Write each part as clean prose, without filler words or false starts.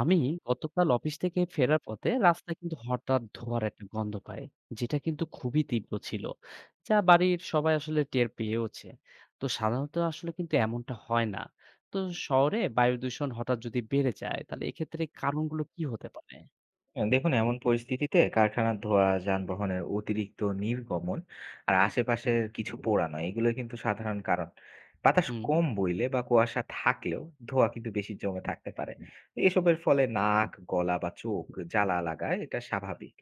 আমি গতকাল অফিস থেকে ফেরার পথে রাস্তায় কিন্তু হঠাৎ ধোঁয়ার একটা গন্ধ পাই, যেটা কিন্তু খুবই তীব্র ছিল, যা বাড়ির সবাই আসলে টের পেয়েওছে। তো সাধারণত আসলে কিন্তু এমনটা হয় না। তো শহরে বায়ু দূষণ হঠাৎ যদি বেড়ে যায় তাহলে এক্ষেত্রে কারণগুলো কি হতে পারে? হ্যাঁ, দেখুন এমন পরিস্থিতিতে কারখানার ধোঁয়া যানবাহনের অতিরিক্ত নির্গমন আর আশেপাশের কিছু পোড়ানো এগুলো কিন্তু সাধারণ কারণ। বাতাস হুম, কম বইলে বা কুয়াশা থাকলেও ধোঁয়া কিন্তু বেশি জমে থাকতে পারে। এসবের ফলে নাক গলা বা চোখ জ্বালা লাগায় এটা স্বাভাবিক।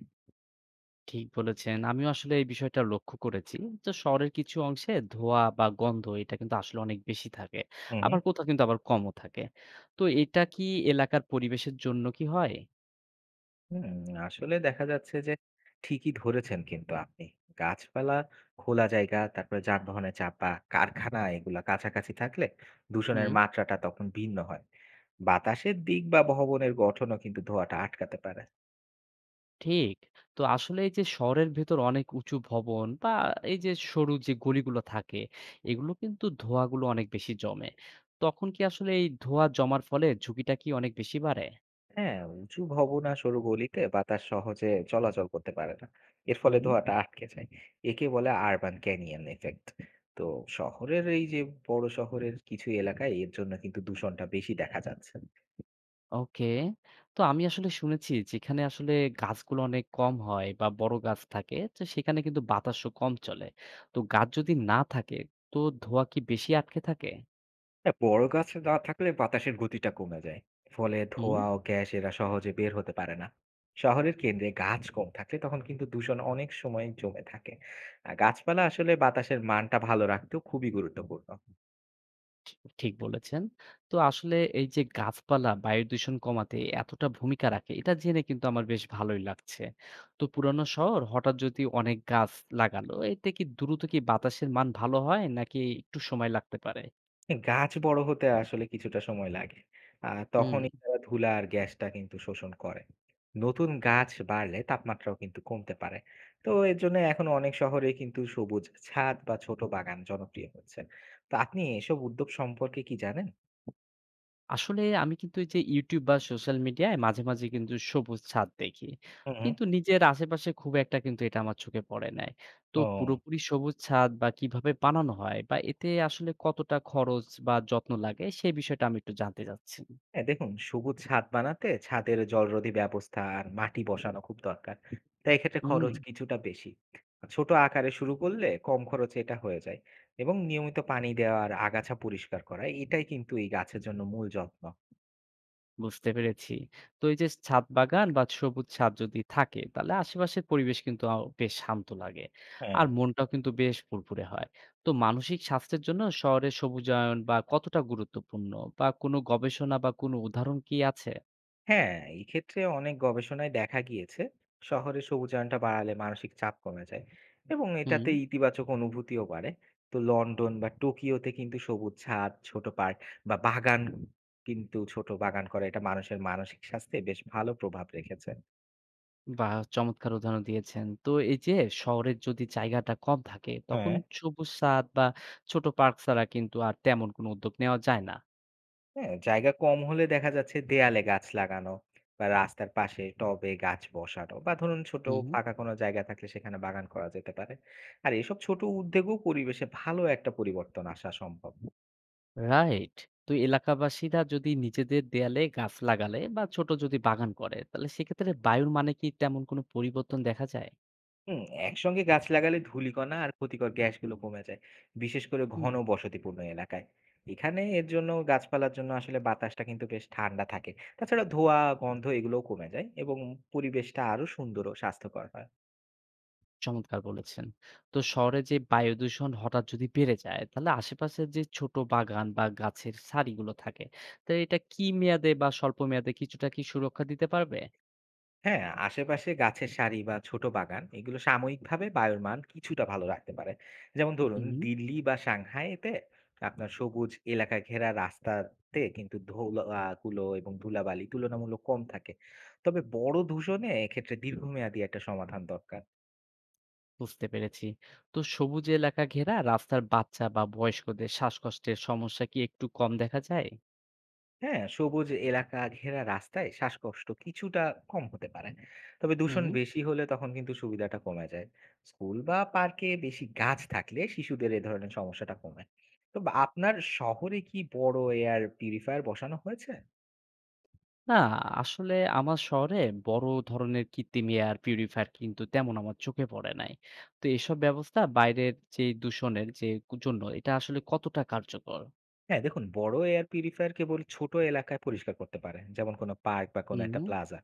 ঠিক বলেছেন, আমিও আসলে এই বিষয়টা লক্ষ্য করেছি। তো শহরের কিছু অংশে ধোঁয়া বা গন্ধ এটা কিন্তু আসলে অনেক বেশি থাকে, হুম আবার হুম কোথাও কিন্তু আবার কমও থাকে। তো এটা কি এলাকার পরিবেশের জন্য কি হয়? হুম, আসলে দেখা যাচ্ছে যে ঠিকই ধরেছেন কিন্তু আপনি। গাছপালা, খোলা জায়গা, তারপরে যানবাহনের চাপা, কারখানা এগুলা কাছাকাছি থাকলে দূষণের হুম, মাত্রাটা তখন ভিন্ন হয়। বাতাসের দিক বা ভবনের গঠনও কিন্তু ধোঁয়াটা আটকাতে পারে। ঠিক। তো আসলে এই যে শহরের ভেতর অনেক উঁচু ভবন বা এই যে সরু যে গলিগুলো থাকে, এগুলো কিন্তু ধোঁয়াগুলো অনেক বেশি জমে। তখন কি আসলে এই ধোঁয়া জমার ফলে ঝুঁকিটা কি অনেক বেশি বাড়ে? হ্যাঁ, উঁচু ভবন আর সরু গলিতে বাতাস সহজে চলাচল করতে পারে না। এর ফলে হুম। ধোঁয়াটা আটকে যায়। একে বলে আরবান ক্যানিয়ন ইফেক্ট। তো শহরের এই যে বড় শহরের কিছু এলাকায় এর জন্য কিন্তু দূষণটা বেশি দেখা যাচ্ছে। ওকে। তো আমি আসলে শুনেছি যেখানে আসলে গাছগুলো অনেক কম হয় বা বড় গাছ থাকে, তো সেখানে কিন্তু বাতাসও কম চলে। তো গাছ যদি না থাকে, তো ধোঁয়া কি বেশি আটকে থাকে? বড় গাছ না থাকলে বাতাসের গতিটা কমে যায়। ফলে হুম। ধোঁয়া ও গ্যাস এরা সহজে বের হতে পারে না। শহরের কেন্দ্রে গাছ কম থাকলে তখন কিন্তু দূষণ অনেক সময় জমে থাকে। গাছপালা আসলে বাতাসের মানটা ভালো রাখতেও খুবই গুরুত্বপূর্ণ। ঠি ঠিক বলেছেন। তো আসলে এই যে গাছপালা বায়ু দূষণ কমাতে এতটা ভূমিকা রাখে, এটা জেনে কিন্তু আমার বেশ ভালোই লাগছে। তো পুরানো শহর হঠাৎ যদি অনেক গাছ লাগালো, এতে কি দ্রুত কি বাতাসের মান ভালো হয় নাকি একটু সময় লাগতে পারে? গাছ বড় হতে আসলে কিছুটা সময় লাগে। আ হুম। তখনই তারা ধুলা আর গ্যাসটা কিন্তু শোষণ করে। নতুন গাছ বাড়লে তাপমাত্রাও কিন্তু কমতে পারে। তো এর জন্য এখন অনেক শহরেই কিন্তু সবুজ ছাদ বা ছোট বাগান জনপ্রিয় হচ্ছে। তো আপনি এসব উদ্যোগ সম্পর্কে কি জানেন? আসলে আমি কিন্তু এই যে YouTube বা সোশ্যাল মিডিয়ায় মাঝে মাঝে কিন্তু সবুজ ছাদ দেখি। হু, হু। কিন্তু নিজের আশেপাশে খুব একটা কিন্তু এটা আমার চোখে পড়ে নাই। তো ও। পুরোপুরি সবুজ ছাদ বা কিভাবে বানানো হয় বা এতে আসলে কতটা খরচ বা যত্ন লাগে সেই বিষয়টা আমি একটু জানতে চাচ্ছি। হ্যাঁ, দেখুন সবুজ ছাদ বানাতে ছাদের জলরোধী ব্যবস্থা আর মাটি বসানো খুব দরকার। তাই এক্ষেত্রে হুম। খরচ কিছুটা বেশি। ছোট আকারে শুরু করলে কম খরচে এটা হয়ে যায় এবং নিয়মিত পানি দেওয়া আর আগাছা পরিষ্কার করা এটাই কিন্তু এই গাছের জন্য মূল যত্ন। বুঝতে পেরেছি। তো এই যে ছাদ বাগান বা সবুজ ছাদ যদি থাকে তাহলে আশেপাশের পরিবেশ কিন্তু বেশ শান্ত লাগে। হ্যাঁ। আর মনটাও কিন্তু বেশ ফুরফুরে হয়। তো মানসিক স্বাস্থ্যের জন্য শহরের সবুজায়ন বা কতটা গুরুত্বপূর্ণ বা কোনো গবেষণা বা কোনো উদাহরণ কি আছে? হ্যাঁ, এই ক্ষেত্রে অনেক গবেষণায় দেখা গিয়েছে শহরে সবুজায়নটা বাড়ালে মানসিক চাপ কমে যায় এবং হুম। এটাতে ইতিবাচক অনুভূতিও বাড়ে। তো লন্ডন বা টোকিওতে কিন্তু সবুজ ছাদ ছোট পার্ক বা বাগান কিন্তু ছোট বাগান করা এটা মানুষের মানসিক স্বাস্থ্যে বেশ ভালো প্রভাব রেখেছে। বাহ! চমৎকার উদাহরণ দিয়েছেন। তো এই যে শহরের যদি জায়গাটা কম থাকে তখন হ্যাঁ। সবুজ ছাদ বা ছোট পার্ক ছাড়া কিন্তু আর তেমন কোনো উদ্যোগ নেওয়া যায় না। হ্যাঁ, জায়গা কম হলে দেখা যাচ্ছে দেয়ালে গাছ লাগানো বা রাস্তার পাশে টবে গাছ বসানো বা ধরুন ছোট হুম। ফাঁকা কোনো জায়গা থাকলে সেখানে বাগান করা যেতে পারে। আর এসব ছোট উদ্যোগও পরিবেশে ভালো একটা পরিবর্তন আসা সম্ভব। রাইট। তো এলাকাবাসীরা যদি নিজেদের দেয়ালে গাছ লাগালে বা ছোট যদি বাগান করে তাহলে সেক্ষেত্রে বায়ুর মানে কি তেমন কোনো পরিবর্তন দেখা যায়? হুম, একসঙ্গে গাছ লাগালে ধূলিকণা আর ক্ষতিকর গ্যাসগুলো কমে যায়, বিশেষ করে হুম, ঘন বসতিপূর্ণ এলাকায়। এখানে এর জন্য গাছপালার জন্য আসলে বাতাসটা কিন্তু বেশ ঠান্ডা থাকে। তাছাড়া ধোঁয়া গন্ধ এগুলোও কমে যায় এবং পরিবেশটা আরো সুন্দর ও স্বাস্থ্যকর হয়। চমৎকার বলেছেন। তো শহরে যে বায়ু দূষণ হঠাৎ যদি বেড়ে যায় তাহলে আশেপাশের যে ছোট বাগান বা গাছের সারিগুলো থাকে, তো এটা কি মেয়াদে বা স্বল্প মেয়াদে কিছুটা কি সুরক্ষা দিতে পারবে? হ্যাঁ, আশেপাশে গাছের সারি বা ছোট বাগান এগুলো সাময়িকভাবে বায়ুর মান কিছুটা ভালো রাখতে পারে। যেমন ধরুন হুম, দিল্লি বা সাংহাইতে আপনার সবুজ এলাকা ঘেরা রাস্তাতে কিন্তু ধুলো এবং ধুলাবালি তুলনামূলক কম থাকে। তবে বড় দূষণে এক্ষেত্রে দীর্ঘমেয়াদী একটা সমাধান দরকার। বুঝতে পেরেছি। তো সবুজ এলাকা ঘেরা রাস্তার বাচ্চা বা বয়স্কদের শ্বাসকষ্টের সমস্যা কি একটু কম দেখা যায়? হ্যাঁ, সবুজ এলাকা ঘেরা রাস্তায় শ্বাসকষ্ট কিছুটা কম হতে পারে। তবে দূষণ হুম। বেশি হলে তখন কিন্তু সুবিধাটা কমে যায়। স্কুল বা পার্কে বেশি গাছ থাকলে শিশুদের এ ধরনের সমস্যাটা কমে। তো বা আপনার শহরে কি বড় এয়ার পিউরিফায়ার বসানো হয়েছে? না, আসলে আমার শহরে বড় ধরনের কৃত্রিম এয়ার পিউরিফায়ার কিন্তু তেমন আমার চোখে পড়ে নাই। তো এসব ব্যবস্থা বাইরের যে দূষণের যে জন্য এটা আসলে কতটা কার্যকর? হ্যাঁ, দেখুন বড় এয়ার পিউরিফায়ার কেবল ছোট এলাকায় পরিষ্কার করতে পারে। যেমন কোনো পার্ক বা কোনো হুম, একটা প্লাজা।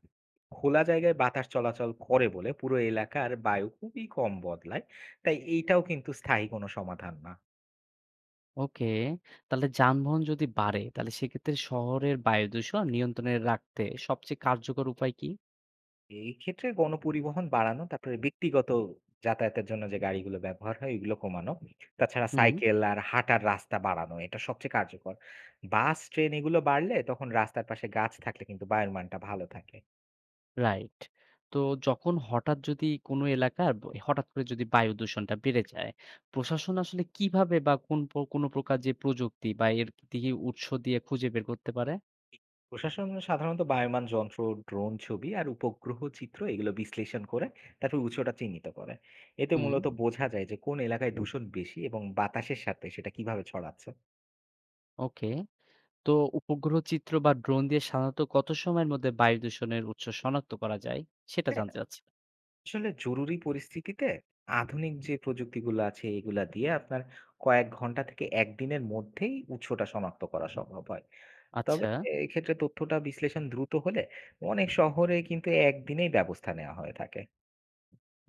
খোলা জায়গায় বাতাস চলাচল করে বলে পুরো এলাকার বায়ু খুবই কম বদলায়। তাই এইটাও কিন্তু স্থায়ী কোনো সমাধান না। ওকে। তাহলে যানবাহন যদি বাড়ে, তাহলে সেক্ষেত্রে শহরের বায়ু দূষণ নিয়ন্ত্রণে রাখতে সবচেয়ে কার্যকর উপায় কি? এই ক্ষেত্রে গণপরিবহন বাড়ানো, তারপরে ব্যক্তিগত যাতায়াতের জন্য যে গাড়িগুলো ব্যবহার হয়, এগুলো কমানো। তাছাড়া হুম। সাইকেল আর হাঁটার রাস্তা বাড়ানো, এটা সবচেয়ে কার্যকর। বাস, ট্রেন এগুলো বাড়লে তখন রাস্তার পাশে গাছ থাকলে কিন্তু বায়ুর মানটা ভালো থাকে। রাইট। তো যখন হঠাৎ যদি কোনো এলাকার ব হঠাৎ করে যদি বায়ু দূষণটা বেড়ে যায়, প্রশাসন আসলে কিভাবে বা কোনো প্রকার যে প্রযুক্তি বা এর দিকে উৎস দিয়ে খুঁজে বের করতে পারে? প্রশাসন সাধারণত বায়ুমান যন্ত্র, ড্রোন ছবি আর উপগ্রহ চিত্র এগুলো বিশ্লেষণ করে তারপর উৎসটা চিহ্নিত করে। এতে হুম, মূলত বোঝা যায় যে কোন এলাকায় দূষণ বেশি এবং বাতাসের সাথে সেটা কিভাবে ছড়াচ্ছে। ওকে। তো উপগ্রহ চিত্র বা ড্রোন দিয়ে সাধারণত কত সময়ের মধ্যে বায়ু দূষণের উৎস শনাক্ত করা যায়? সেটা হ্যাঁ? জানতে চাচ্ছি। আসলে জরুরি পরিস্থিতিতে আধুনিক যে প্রযুক্তিগুলো আছে এগুলা দিয়ে আপনার কয়েক ঘন্টা থেকে একদিনের মধ্যেই উৎসটা শনাক্ত করা সম্ভব হয়। তবে আচ্ছা। এক্ষেত্রে তথ্যটা বিশ্লেষণ দ্রুত হলে অনেক শহরে কিন্তু একদিনেই ব্যবস্থা নেওয়া হয়ে থাকে।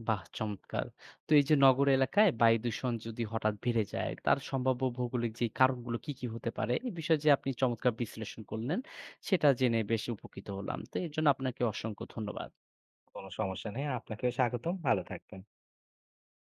বাহ! চমৎকার। তো এই যে নগর এলাকায় বায়ু দূষণ যদি হঠাৎ বেড়ে যায়, তার সম্ভাব্য ভৌগোলিক যে কারণগুলো কি, কি হতে পারে? এই বিষয়ে যে আপনি চমৎকার বিশ্লেষণ করলেন, সেটা জেনে বেশ উপকৃত হলাম। তো এর জন্য আপনাকে অসংখ্য ধন্যবাদ। কোনো সমস্যা নেই। আপনাকেও স্বাগতম। ভালো থাকবেন।